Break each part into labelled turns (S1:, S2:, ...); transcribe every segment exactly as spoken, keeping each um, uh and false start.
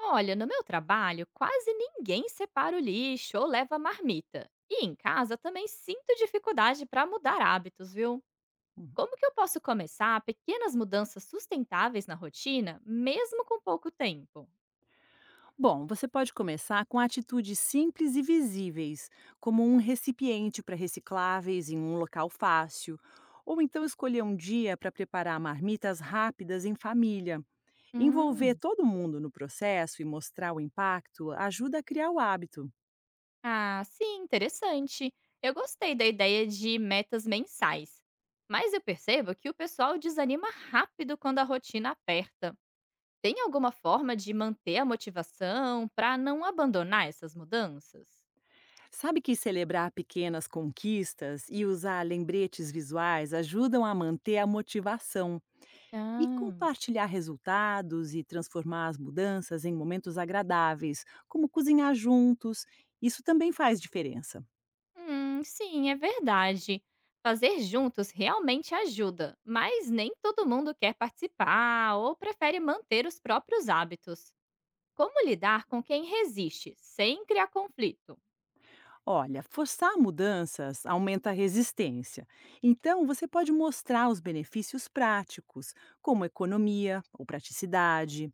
S1: Olha, no meu trabalho, quase ninguém separa o lixo ou leva marmita. E em casa também sinto dificuldade para mudar hábitos, viu?
S2: Hum.
S1: Como que eu posso começar pequenas mudanças sustentáveis na rotina, mesmo com pouco tempo?
S2: Bom, você pode começar com atitudes simples e visíveis, como um recipiente para recicláveis em um local fácil, ou então escolher um dia para preparar marmitas rápidas em família. Envolver
S1: Hum,
S2: todo mundo no processo e mostrar o impacto ajuda a criar o hábito.
S1: ah, sim, interessante. Eu gostei da ideia de metas mensais. Mas eu percebo que o pessoal desanima rápido quando a rotina aperta. Tem alguma forma de manter a motivação para não abandonar essas mudanças?
S2: Sabe que celebrar pequenas conquistas e usar lembretes visuais ajudam a manter a motivação. E
S1: Ah.
S2: compartilhar resultados e transformar as mudanças em momentos agradáveis, como cozinhar juntos, isso também faz diferença.
S1: Hum, sim, é verdade. Fazer juntos realmente ajuda, mas nem todo mundo quer participar ou prefere manter os próprios hábitos. Como lidar com quem resiste, sem criar conflito?
S2: Olha, forçar mudanças aumenta a resistência. Então, você pode mostrar os benefícios práticos, como economia ou praticidade.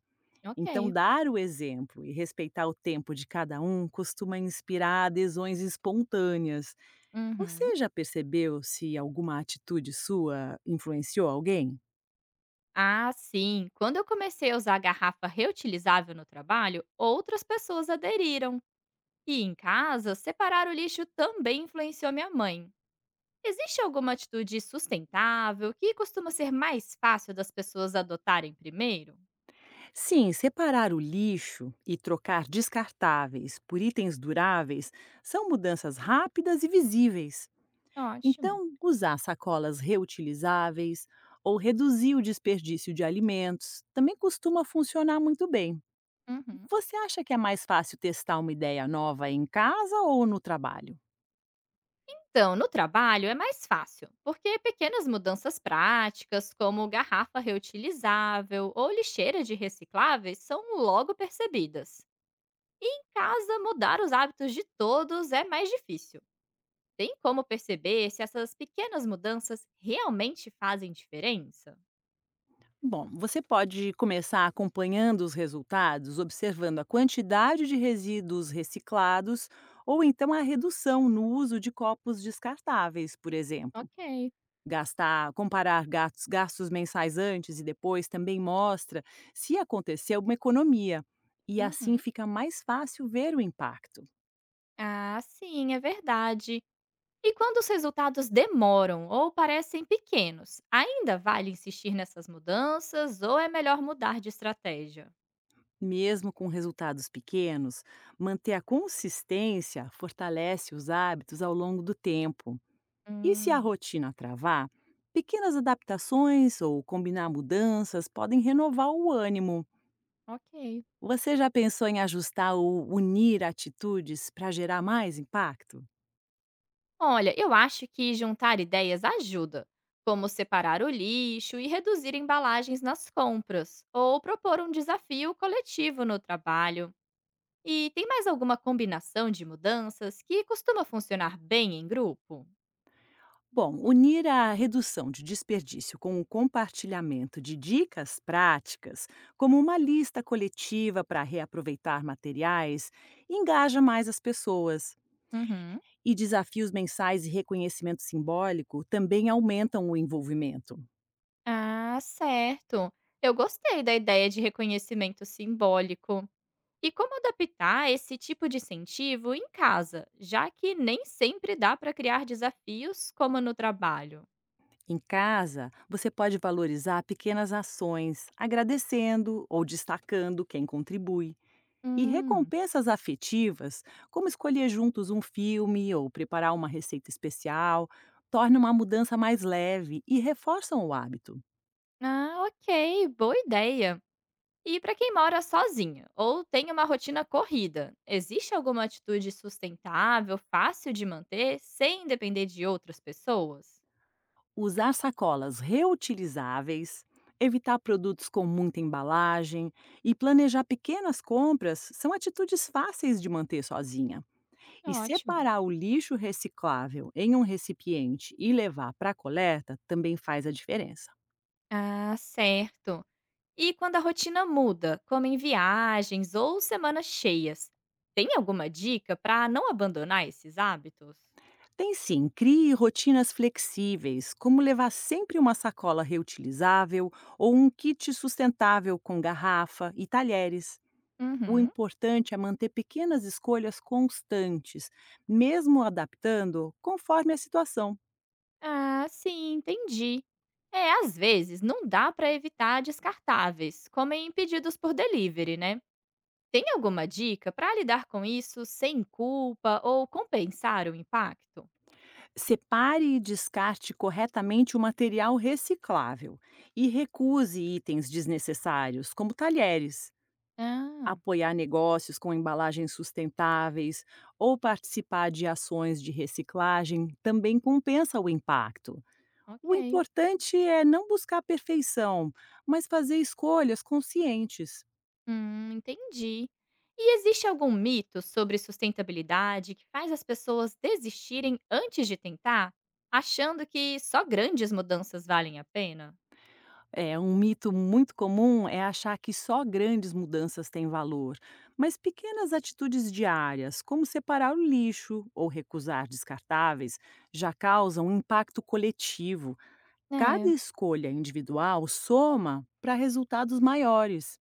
S2: Então,
S1: Ok.
S2: dar o exemplo e respeitar o tempo de cada um costuma inspirar adesões espontâneas.
S1: Uhum.
S2: Você já percebeu se alguma atitude sua influenciou alguém?
S1: Ah, sim. Quando eu comecei a usar garrafa reutilizável no trabalho, outras pessoas aderiram. E em casa, separar o lixo também influenciou minha mãe. Existe alguma atitude sustentável que costuma ser mais fácil das pessoas adotarem primeiro?
S2: Sim, separar o lixo e trocar descartáveis por itens duráveis são mudanças rápidas e visíveis.
S1: Ótimo.
S2: Então, usar sacolas reutilizáveis ou reduzir o desperdício de alimentos também costuma funcionar muito bem.
S1: Uhum.
S2: Você acha que é mais fácil testar uma ideia nova em casa ou no trabalho?
S1: Então, no trabalho é mais fácil, porque pequenas mudanças práticas, como garrafa reutilizável ou lixeira de recicláveis, são logo percebidas. Em casa, mudar os hábitos de todos é mais difícil. Tem como perceber se essas pequenas mudanças realmente fazem diferença?
S2: Bom, você pode começar acompanhando os resultados, observando a quantidade de resíduos reciclados ou então a redução no uso de copos descartáveis, por exemplo.
S1: Ok.
S2: Gastar, comparar gastos, gastos mensais antes e depois também mostra se aconteceu uma economia e assim
S1: Uhum.
S2: fica mais fácil ver o impacto.
S1: Ah, sim, é verdade. E quando os resultados demoram ou parecem pequenos, ainda vale insistir nessas mudanças ou é melhor mudar de estratégia?
S2: Mesmo com resultados pequenos, manter a consistência fortalece os hábitos ao longo do tempo. E se a
S1: Hum,
S2: rotina travar, pequenas adaptações ou combinar mudanças podem renovar o ânimo.
S1: ok.
S2: Você já pensou em ajustar ou unir atitudes para gerar mais impacto?
S1: Olha, eu acho que juntar ideias ajuda, como separar o lixo e reduzir embalagens nas compras, ou propor um desafio coletivo no trabalho. E tem mais alguma combinação de mudanças que costuma funcionar bem em grupo?
S2: Bom, unir a redução de desperdício com o compartilhamento de dicas práticas, como uma lista coletiva para reaproveitar materiais, engaja mais as pessoas.
S1: Uhum.
S2: E desafios mensais e reconhecimento simbólico também aumentam o envolvimento.
S1: Ah, certo. Eu gostei da ideia de reconhecimento simbólico. E como adaptar esse tipo de incentivo em casa, já que nem sempre dá para criar desafios como no trabalho?
S2: Em casa, você pode valorizar pequenas ações, agradecendo ou destacando quem contribui. E
S1: Hum.
S2: recompensas afetivas, como escolher juntos um filme ou preparar uma receita especial, tornam uma mudança mais leve e reforçam o hábito.
S1: Ah, ok, boa ideia. E para quem mora sozinha ou tem uma rotina corrida, existe alguma atitude sustentável, fácil de manter, sem depender de outras pessoas?
S2: Usar sacolas reutilizáveis, evitar produtos com muita embalagem e planejar pequenas compras são atitudes fáceis de manter sozinha. E
S1: Ótimo.
S2: separar o lixo reciclável em um recipiente e levar para a coleta também faz a diferença.
S1: Ah, certo. E quando a rotina muda, como em viagens ou semanas cheias, tem alguma dica para não abandonar esses hábitos?
S2: Tem sim, crie rotinas flexíveis, como levar sempre uma sacola reutilizável ou um kit sustentável com garrafa e talheres. O
S1: Uhum.
S2: importante é manter pequenas escolhas constantes, mesmo adaptando conforme a situação.
S1: Ah, sim, entendi. É, às vezes não dá para evitar descartáveis, como em pedidos por delivery, né? Tem alguma dica para lidar com isso sem culpa ou compensar o impacto?
S2: Separe e descarte corretamente o material reciclável e recuse itens desnecessários, como talheres.
S1: Ah,
S2: Apoiar negócios com embalagens sustentáveis ou participar de ações de reciclagem também compensa o impacto. O
S1: ok.
S2: importante é não buscar perfeição, mas fazer escolhas conscientes.
S1: Hum, entendi. E existe algum mito sobre sustentabilidade que faz as pessoas desistirem antes de tentar, achando que só grandes mudanças valem a pena?
S2: É, um mito muito comum é achar que só grandes mudanças têm valor, mas pequenas atitudes diárias, como separar o lixo ou recusar descartáveis, já causam um impacto coletivo. Cada
S1: É,
S2: escolha individual soma para resultados maiores.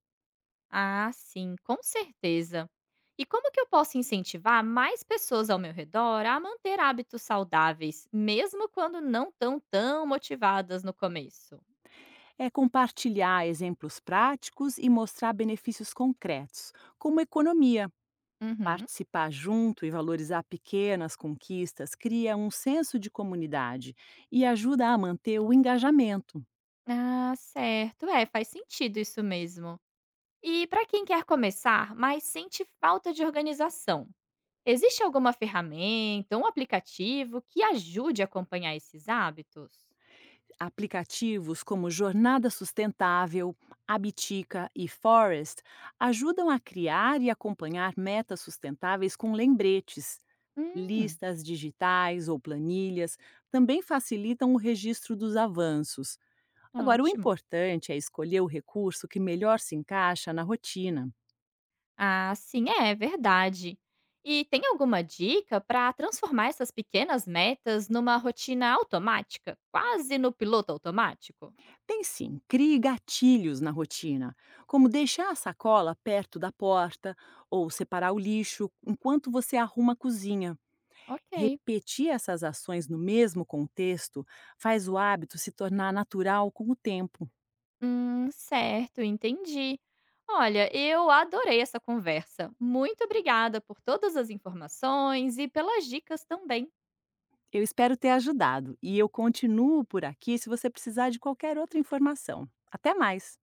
S1: ah, sim, com certeza. E como que eu posso incentivar mais pessoas ao meu redor a manter hábitos saudáveis, mesmo quando não estão tão motivadas no começo?
S2: É compartilhar exemplos práticos e mostrar benefícios concretos, como economia.
S1: Uhum.
S2: Participar junto e valorizar pequenas conquistas cria um senso de comunidade e ajuda a manter o engajamento.
S1: Ah, certo. É, faz sentido isso mesmo. E para quem quer começar, mas sente falta de organização, existe alguma ferramenta, um aplicativo que ajude a acompanhar esses hábitos?
S2: Aplicativos como Jornada Sustentável, Abitica e Forest ajudam a criar e acompanhar metas sustentáveis com lembretes.
S1: Hum,
S2: Listas digitais ou planilhas também facilitam o registro dos avanços. Agora, o
S1: ótimo.
S2: importante é escolher o recurso que melhor se encaixa na rotina.
S1: Ah, sim, é é verdade. E tem alguma dica para transformar essas pequenas metas numa rotina automática, quase no piloto automático?
S2: Tem sim, crie gatilhos na rotina, como deixar a sacola perto da porta ou separar o lixo enquanto você arruma a cozinha.
S1: Ok.
S2: Repetir essas ações no mesmo contexto faz o hábito se tornar natural com o tempo.
S1: Hum, certo, entendi. Olha, eu adorei essa conversa. Muito obrigada por todas as informações e pelas dicas também.
S2: Eu espero ter ajudado e eu continuo por aqui se você precisar de qualquer outra informação. Até mais!